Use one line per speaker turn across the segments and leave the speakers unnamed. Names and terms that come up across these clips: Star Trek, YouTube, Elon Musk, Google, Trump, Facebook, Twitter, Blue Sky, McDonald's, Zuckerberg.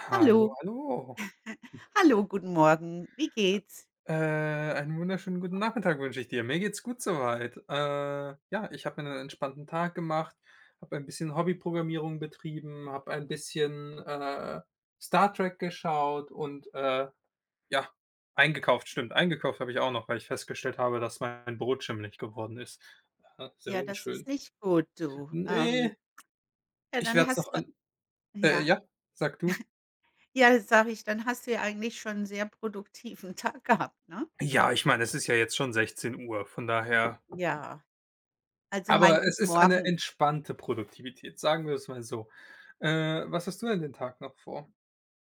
Hallo,
Hallo.
hallo.
Hallo, guten Morgen. Wie geht's?
Einen wunderschönen guten Nachmittag wünsche ich dir. Mir geht's gut soweit. Ja, Ich habe mir einen entspannten Tag gemacht, habe ein bisschen Hobbyprogrammierung betrieben, habe ein bisschen, Star Trek geschaut und, ja, eingekauft. Stimmt, eingekauft habe ich auch noch, weil ich festgestellt habe, dass mein Brot schimmelig geworden ist. Sehr
Ja, das ist
unschön.
nicht gut, du.
Ne,
Ja,
ich
dann
werde es noch
hast du
an
ja?
ja, sag du.
Ja, sage ich, dann hast du ja eigentlich schon 'n sehr produktiven Tag gehabt, ne?
Ja, ich meine, es ist ja jetzt schon 16 Uhr, von daher.
Ja, also mein
Aber es
guten
ist eine
Morgen.
entspannte Produktivität, sagen wir es mal so. Was hast du denn den Tag noch vor?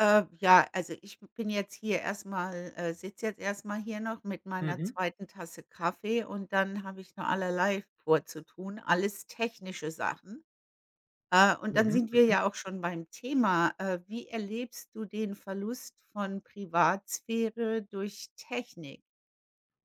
Ja, also ich bin jetzt hier erstmal, mal sitze jetzt erstmal hier noch mit meiner
Mhm,
zweiten Tasse Kaffee und dann habe ich noch allerlei vorzutun, alles technische Sachen. Und dann
mhm,
sind wir
mhm.
ja auch schon beim Thema. Wie erlebst du den Verlust von Privatsphäre durch Technik?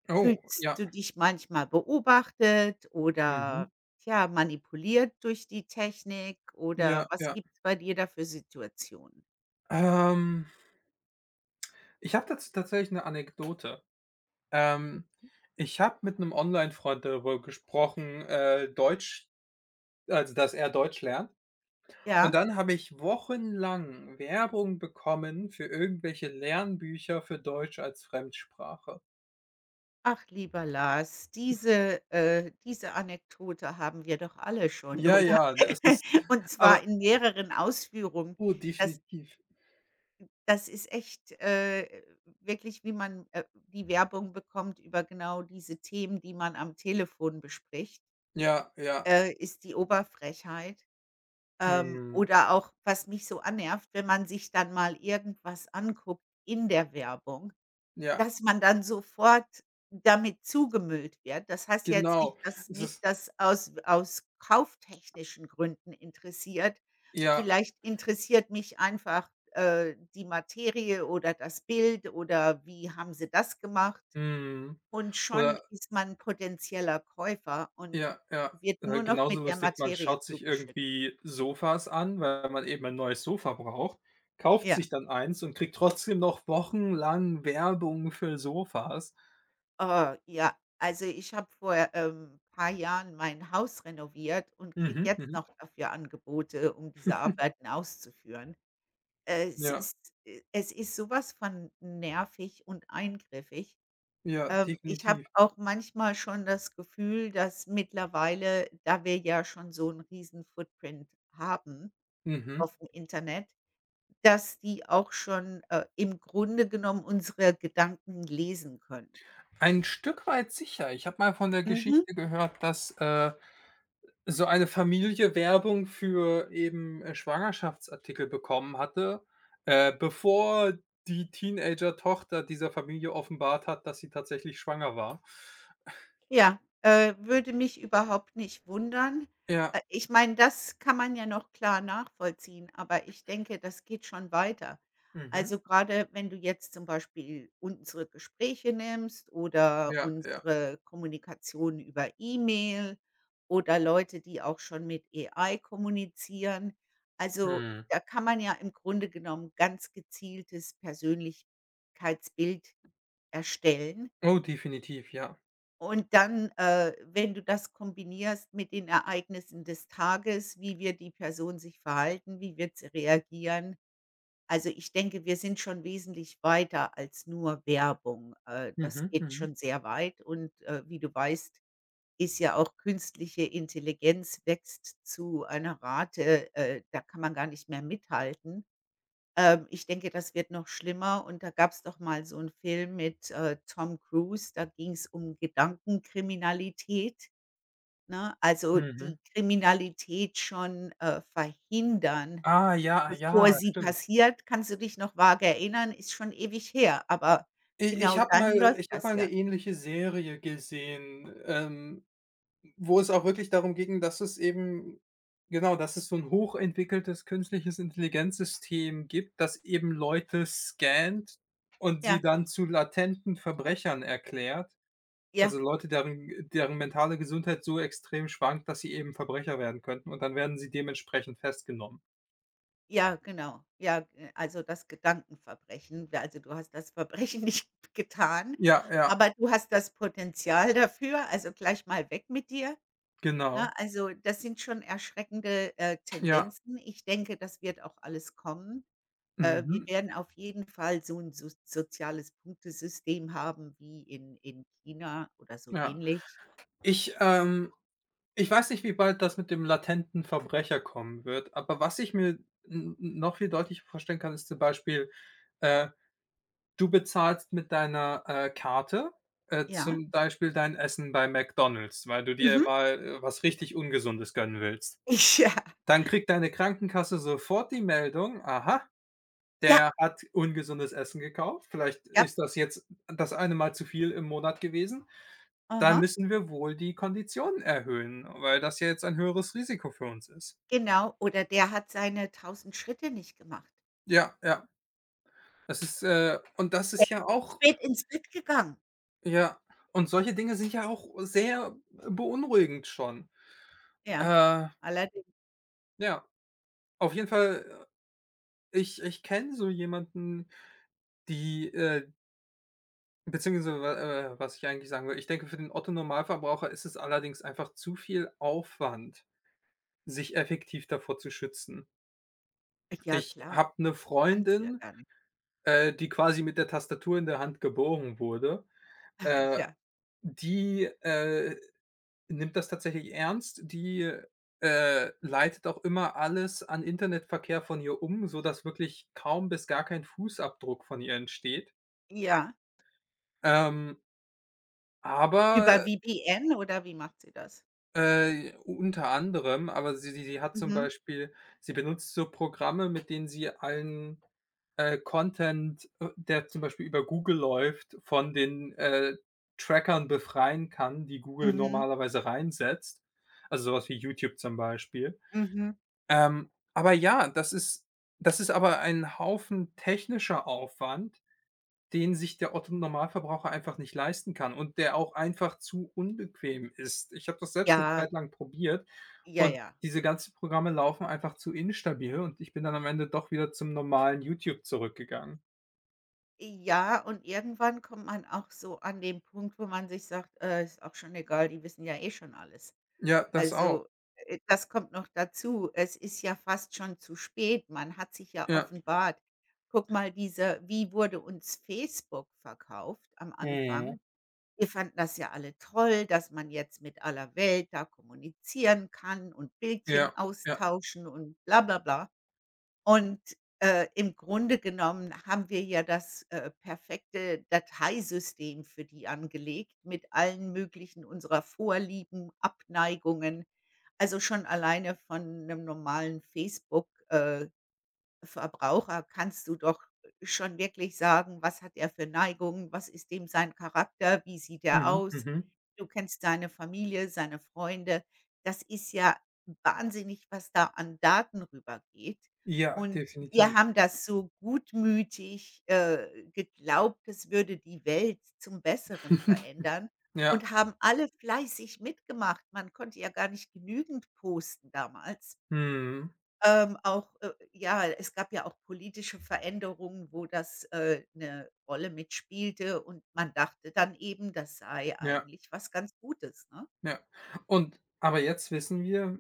Oh,
Fühlst
ja.
du dich manchmal beobachtet
Mhm.
oder, ja, manipuliert durch die Technik oder
Ja,
was
ja.
gibt es bei dir da für Situationen?
Ähm, Ich habe dazu tatsächlich eine Anekdote. Ähm, Ich habe mit einem Online-Freund darüber gesprochen, Deutsch also, dass er Deutsch lernt. Und
Ja?
dann habe ich wochenlang Werbung bekommen für irgendwelche Lernbücher für Deutsch als Fremdsprache.
Ach, lieber Lars, diese Anekdote haben wir doch alle schon,
Ja,
oder?
ja, das ist
Und zwar
aber
in mehreren Ausführungen.
oh,
Das
definitiv.
Das ist echt, wirklich, wie man, die Werbung bekommt über genau diese Themen, die man am Telefon bespricht,
Ja, ja.
ist die Oberfrechheit.
Mhm.
Oder auch, was mich so annervt, wenn man sich dann mal irgendwas anguckt in der Werbung.
Ja,
Dass man dann sofort damit zugemüllt wird. Das heißt ja jetzt nicht,
genau.
dass
Es
mich
ist,
das aus kauftechnischen Gründen interessiert.
ja,
Vielleicht interessiert mich einfach, die Materie oder das Bild oder wie haben sie das gemacht
mhm.
und
Oder,
schon ist man potenzieller Käufer und
ja, ja.
wird nur noch
Genauso
mit der
lustig, man
Materie
schaut sich
zugeschüttet.
irgendwie Sofas an, weil man eben ein neues Sofa braucht, kauft
Ja.
sich dann eins und kriegt trotzdem noch wochenlang Werbung für Sofas.
Oh, ja. Also, ich habe vor, ein paar Jahren mein Haus renoviert und kriege
Mhm,
jetzt
mhm.
noch dafür Angebote, um diese Arbeiten auszuführen. Äh, es
Ja,
ist es ist sowas von nervig und eingriffig.
ja,
Ich habe
definitiv.
auch manchmal schon das Gefühl, dass mittlerweile, da wir ja schon so 'n riesen Footprint haben
Mhm.
auf dem Internet, dass die auch schon, im Grunde genommen unsere Gedanken lesen können.
Ein Stück weit sicher. Ich habe mal von der
Mhm.
Geschichte gehört, dass, so eine Familie Werbung für eben, Schwangerschaftsartikel bekommen hatte, bevor die Teenager-Tochter dieser Familie offenbart hat, dass sie tatsächlich schwanger war.
Ja, würde mich überhaupt nicht wundern.
Ja,
Ich meine, das kann man ja noch klar nachvollziehen, aber ich denke, das geht schon weiter.
mhm,
Also, grade wenn du jetzt zum Beispiel unsere Gespräche nimmst oder
ja, ja,
unsere Kommunikation über E-Mail oder Leute, die auch schon mit AI kommunizieren. Also,
mhm.
da kann man ja im Grunde genommen ganz gezieltes Persönlichkeitsbild erstellen.
Oh, definitiv, ja.
Und dann, wenn du das kombinierst mit den Ereignissen des Tages, wie wird die Person sich verhalten, wie wird sie reagieren? Also, ich denke, wir sind schon wesentlich weiter als nur Werbung. Das
Mhm,
geht
mhm,
schon sehr weit und, wie du weißt, ist ja auch künstliche Intelligenz wächst zu einer Rate, da kann man gar nicht mehr mithalten. Ich denke, das wird noch schlimmer und da gab's doch mal so einen Film mit, Tom Cruise, da ging's um Gedankenkriminalität, ne? Also,
mhm.
die Kriminalität schon, verhindern,
Ah, ja,
bevor
ja,
sie
stimmt.
passiert. Kannst du dich noch vage erinnern? Ist schon ewig her, aber genau dahin läuft
Ich habe
das
mal
ja.
eine ähnliche Serie gesehen, wo es auch wirklich darum ging, dass es eben genau, dass es so ein hochentwickeltes künstliches Intelligenzsystem gibt, das eben Leute scannt und sie
Ja,
dann zu latenten Verbrechern erklärt. Also,
ja.
Leute, deren mentale Gesundheit so extrem schwankt, dass sie eben Verbrecher werden könnten, und dann werden sie dementsprechend festgenommen.
Ja, genau. Ja, g also, das Gedankenverbrechen. Da also, du hast das Verbrechen nicht getan,
Ja, ja,
aber du hast das Potenzial dafür, also, gleich mal weg mit dir, ne?
genau.
Also, das sind schon erschreckende,
Ja,
Tendenzen. Ich denke, das wird auch alles kommen. Wir
mhm,
werden auf jeden Fall so ein soziales Punktesystem haben wie in China oder so
ja.
ähnlich.
Ich, ähm Ich weiß nicht, wie bald das mit dem latenten Verbrecher kommen wird, aber was ich mir n n noch viel deutlicher vorstellen kann, ist zum Beispiel, äh, du bezahlst mit deiner, Karte,
Ja. Mhm.
zum Beispiel dein Essen bei McDonald's, weil du dir mal, was richtig Ungesundes gönnen willst.
Ich ja.
Dann kriegt deine Krankenkasse sofort die Meldung: „Aha,
Ja,
der hat ungesundes Essen gekauft. Vielleicht
ja.
ist das jetzt das eine Mal zu viel im Monat gewesen. Da
Aha.
müssen wir wohl die Konditionen erhöhen, weil das ja jetzt ein höheres Risiko für uns ist."
Genau. Oder der hat seine tausend Schritte nicht gemacht.
Ja, ja. Das ist, und das ist ja auch,
Spät ins Bett gegangen.
ja, und solche Dinge sind ja auch sehr beunruhigend schon.
Ja,
Äh,
allerdings.
ja, auf jeden Fall, ich ich kenne so jemanden, die, beziehungsweise, wa was ich eigentlich sagen will, ich denke, für den Otto-Normalverbraucher ist es allerdings einfach zu viel Aufwand, sich effektiv davor zu schützen.
Ja
Ich
klar,
habe 'ne
kannst du ja
Freundin,
gar nicht.
die quasi mit der Tastatur in der Hand geboren wurde, äh,
Ja,
die, nimmt das tatsächlich ernst. Die, leitet auch immer alles an Internetverkehr von ihr um, sodass wirklich kaum bis gar kein Fußabdruck von ihr entsteht.
ja.
Ähm, aber,
Über VPN oder wie macht sie das?
Unter anderem, aber sie hat zum
Mhm,
Beispiel, sie benutzt so Programme, mit denen sie allen, Content, der zum Beispiel über Google läuft, von den, Trackern befreien kann, die Google
mhm,
normalerweise reinsetzt. Also sowas wie YouTube zum Beispiel.
mhm.
Aber ja, das ist aber ein Haufen technischer Aufwand, den sich der Otto-Normalverbraucher einfach nicht leisten kann und der auch einfach zu unbequem ist. Ich habe das selbst eine
Ja,
Zeit lang probiert
ja,
und
ja.
diese ganzen Programme laufen einfach zu instabil, und ich bin dann am Ende doch wieder zum normalen YouTube zurückgegangen.
Ja, und irgendwann kommt man auch so an den Punkt, wo man sich sagt: ist auch schon egal, die wissen ja eh schon alles.“
Ja, das auch.
Also, das kommt noch dazu. Es ist ja fast schon zu spät. Man hat sich ja
Ja.
offenbart. Guck mal, diese wie wurde uns Facebook verkauft am
Mhm.
Anfang? Wir fanden das ja alle toll, dass man jetzt mit aller Welt da kommunizieren kann und Bildchen
Ja, ja.
austauschen und bla bla bla. Und, im Grunde genommen haben wir ja das, perfekte Dateisystem für die angelegt mit allen möglichen unserer Vorlieben, Abneigungen. Also, schon alleine von einem normalen Facebook, Verbraucher kannst du doch schon wirklich sagen, was hat er für Neigungen, was ist dem sein Charakter, wie sieht er
Mhm,
aus?
mhm.
Du kennst seine Familie, seine Freunde. Das ist ja wahnsinnig, was da an Daten rübergeht.
Ja,
Und
definitiv.
wir haben das so gutmütig, geglaubt, es würde die Welt zum Besseren verändern
Ja.
und haben alle fleißig mitgemacht. Man konnte ja gar nicht genügend posten damals.
Mhm.
Auch, ja, es gab ja auch politische Veränderungen, wo das, 'ne Rolle mitspielte und man dachte dann eben, das sei
Ja,
eigentlich was ganz Gutes, ne?
ja. Und aber jetzt wissen wir: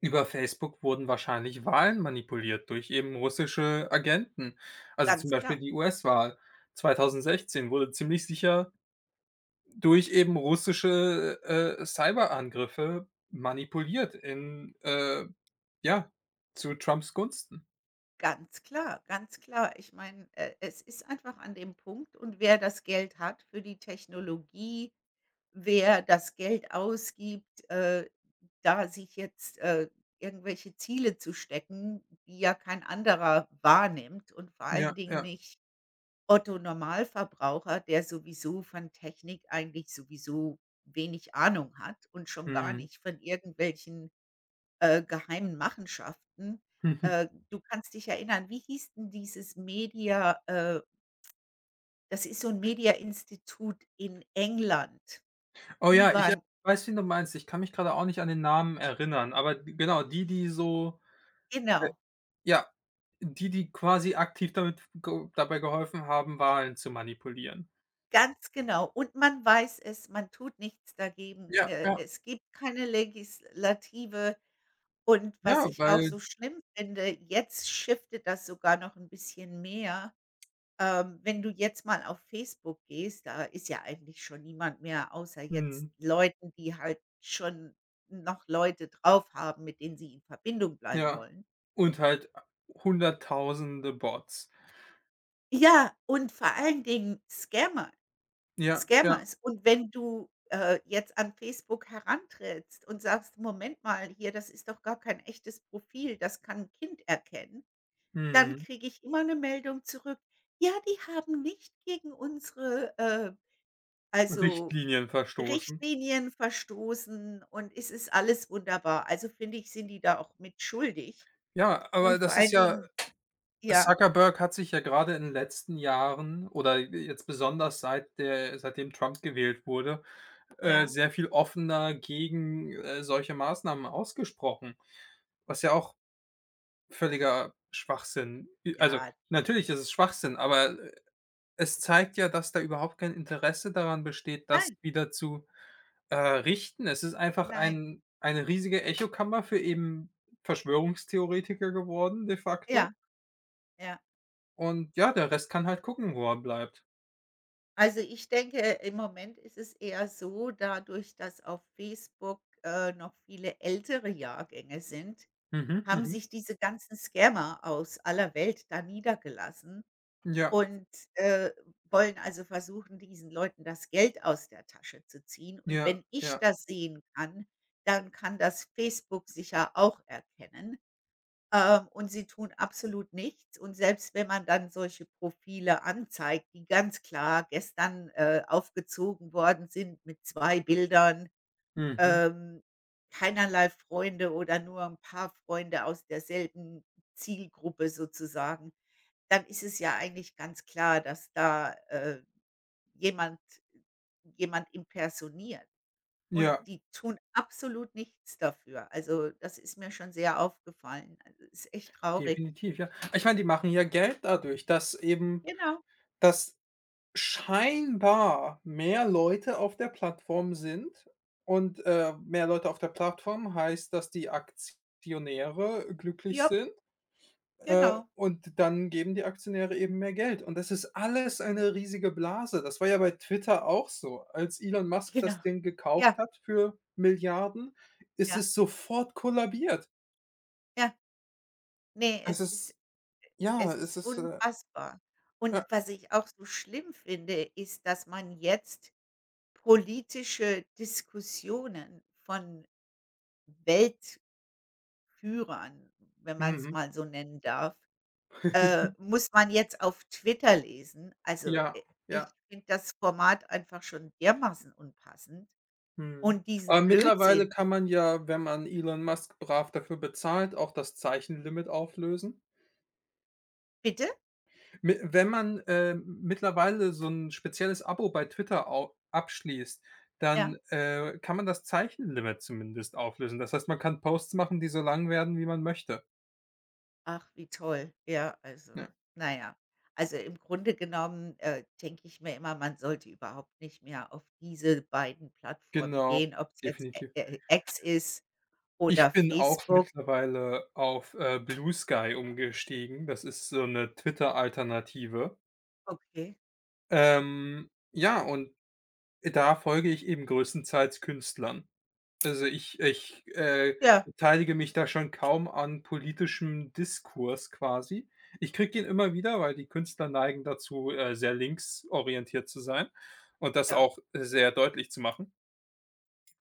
Über Facebook wurden wahrscheinlich Wahlen manipuliert durch eben russische Agenten. Also zum
Ganz
Beispiel
klar,
die US-Wahl 2016 wurde ziemlich sicher durch eben russische, Cyberangriffe manipuliert, in, ja, zu Trumps Gunsten.
ganz klar. Ich meine, es ist einfach an dem Punkt und wer das Geld hat für die Technologie, wer das Geld ausgibt, da sich jetzt, irgendwelche Ziele zu stecken, die ja kein anderer wahrnimmt und vor
Ja,
allen Dingen
ja.
nicht Otto Normalverbraucher, der sowieso von Technik eigentlich sowieso wenig Ahnung hat und schon gar
Mhm.
nicht von irgendwelchen, geheimen Machenschaften. Du kannst dich erinnern, wie hieß denn dieses Media das ist so ein Media-Institut in England.
Oh ja,
Die
ich,
waren
weiß, wen du meinst. Ich kann mich gerade auch nicht an den Namen erinnern, aber die, die so, äh
genau,
ja, die, die quasi aktiv damit ge dabei geholfen haben, Wahlen zu manipulieren.
ganz genau. Und man weiß es, man tut nichts dagegen.
Ja, ja.
Es gibt keine Legislative. Und was
Ja,
ich auch
weil,
so schlimm finde, jetzt shiftet das sogar noch ein bisschen mehr. Wenn du jetzt mal auf Facebook gehst, da ist ja eigentlich schon niemand mehr außer jetzt
mhm,
Leuten, die halt schon noch Leute drauf haben, mit denen sie in Verbindung bleiben
ja.
wollen.
Und halt Hunderttausende Bots.
Ja, und vor allen Dingen Scammer,
Ja, ja,
Scammers. Und wenn du, jetzt an Facebook herantrittst und sagst: „Moment mal, hier, das ist doch gar kein echtes Profil, das kann ein Kind erkennen.“ Dann
mhm.
kriege ich immer 'ne Meldung zurück: „Ja, die haben nicht gegen unsere, also,
Richtlinien verstoßen.
Richtlinien verstoßen und es ist alles wunderbar.“ Also, finde ich, sind die da auch mit schuldig
Ja, aber
und vor
das ist
allen
ja
Dingen ja,
Zuckerberg hat sich ja gerade in den letzten Jahren oder jetzt besonders, seitdem Trump gewählt wurde,
ja.
sehr viel offener gegen, solche Maßnahmen ausgesprochen, was ja auch
Ach
völliger Schwachsinn. I Also,
ja,
natürlich ist es Schwachsinn, aber, es zeigt ja, dass da überhaupt kein Interesse daran besteht, das
nein,
wieder zu, richten. Es ist einfach
nein.
eine riesige Echokammer für eben Verschwörungstheoretiker geworden, de facto.
Ja, ja.
Und ja, der Rest kann halt gucken, wo er bleibt.
Also, ich denke, im Moment ist es eher so, dadurch, dass auf Facebook, noch viele ältere Jahrgänge sind,
Mhm,
haben
mhm.
sich diese ganzen Scammer aus aller Welt da niedergelassen.
Ja,
Und, äh, wollen also versuchen, diesen Leuten das Geld aus der Tasche zu ziehen. Und
ja,
wenn ich
ja.
das sehen kann, dann kann das Facebook sicher auch erkennen. Und sie tun absolut nichts. Und selbst wenn man dann solche Profile anzeigt, die ganz klar gestern, aufgezogen worden sind mit 2 Bildern,
Mhm.
ähm, keinerlei Freunde oder nur ein paar Freunde aus derselben Zielgruppe sozusagen dann ist es ja eigentlich ganz klar, dass da, jemand jemand impersoniert. Und
Ja,
die tun absolut nichts dafür. Also, das ist mir schon sehr aufgefallen. Also, ist echt traurig.
definitiv, ja. Ich meine, die machen ja Geld dadurch, dass eben,
Genau,
dass scheinbar mehr Leute auf der Plattform sind, und, mehr Leute auf der Plattform heißt, dass die Aktionäre glücklich
ja,
sind,
genau,
und dann geben die Aktionäre eben mehr Geld. Und das ist alles eine riesige Blase. Das war ja bei Twitter auch so. Als
äh,
Elon Musk
genau.
das Ding gekauft
Ja,
hat für Milliarden, ist
ja,
es sofort kollabiert.
ja. Ne,
Es
es ist
ist, ja,
es
es
ist
ist,
unfassbar. Und
ja,
was ich auch so schlimm finde, ist, dass man jetzt politische Diskussionen von Welt Führern, wenn man es
mhm,
mal so nennen darf, muss man jetzt auf Twitter lesen. Also,
ja,
ich
ja.
finde das Format einfach schon dermaßen unpassend
Mhm.
und diesen
Aber mittlerweile
Blödsinn
kann man ja, wenn man Elon Musk brav dafür bezahlt, auch das Zeichenlimit auflösen.
bitte?
Mi Wenn man, mittlerweile so ein spezielles Abo bei Twitter au abschließt, dann,
Ja?
kann man das Zeichenlimit zumindest auflösen. Das heißt, man kann Posts machen, die so lang werden, wie man möchte.
Ach, wie toll. Ja, also,
Ja.
naja. Also, im Grunde genommen, denke ich mir immer, man sollte überhaupt nicht mehr auf diese beiden Plattformen
Genau,
gehen, ob es jetzt
definitiv.
Ä Ä X ist oder
Ich bin auch
Facebook.
mittlerweile auf, Blue Sky umgestiegen. Das ist so eine Twitter-Alternative.
Okay.
Ähm, ja, und Da folge ich eben größtenteils Künstlern. Also, ich
Ja,
beteilige mich da schon kaum an politischem Diskurs quasi. Ich kriege ihn immer wieder, weil die Künstler neigen dazu, sehr linksorientiert zu sein und das
ja.
auch sehr deutlich zu machen.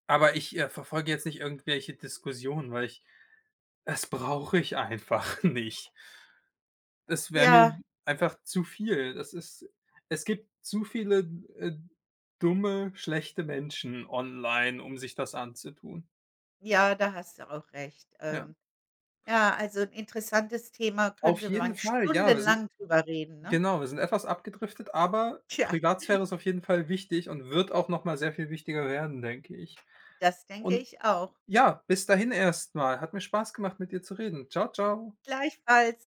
Aber ich, verfolge jetzt nicht irgendwelche Diskussionen, weil ich das brauche ich einfach nicht. Das wäre mir
Ja.
einfach zu viel. Das ist Es gibt zu viele, äh, dumme, schlechte Menschen online, um sich das anzutun.
Ja, da hast du auch recht.
Ja.
Ja, also 'n interessantes Thema,
Auf
könnte
jeden
man
Fall, ja,
stundenlang drüber reden, ne?
wir sind etwas abgedriftet, aber
Tja,
Privatsphäre ist auf jeden Fall wichtig und wird auch noch mal sehr viel wichtiger werden, denke ich.
das denke
Und
ich auch.
ja, bis dahin erst mal. Hat mir Spaß gemacht, mit dir zu reden. Ciao, ciao.
Gleichfalls.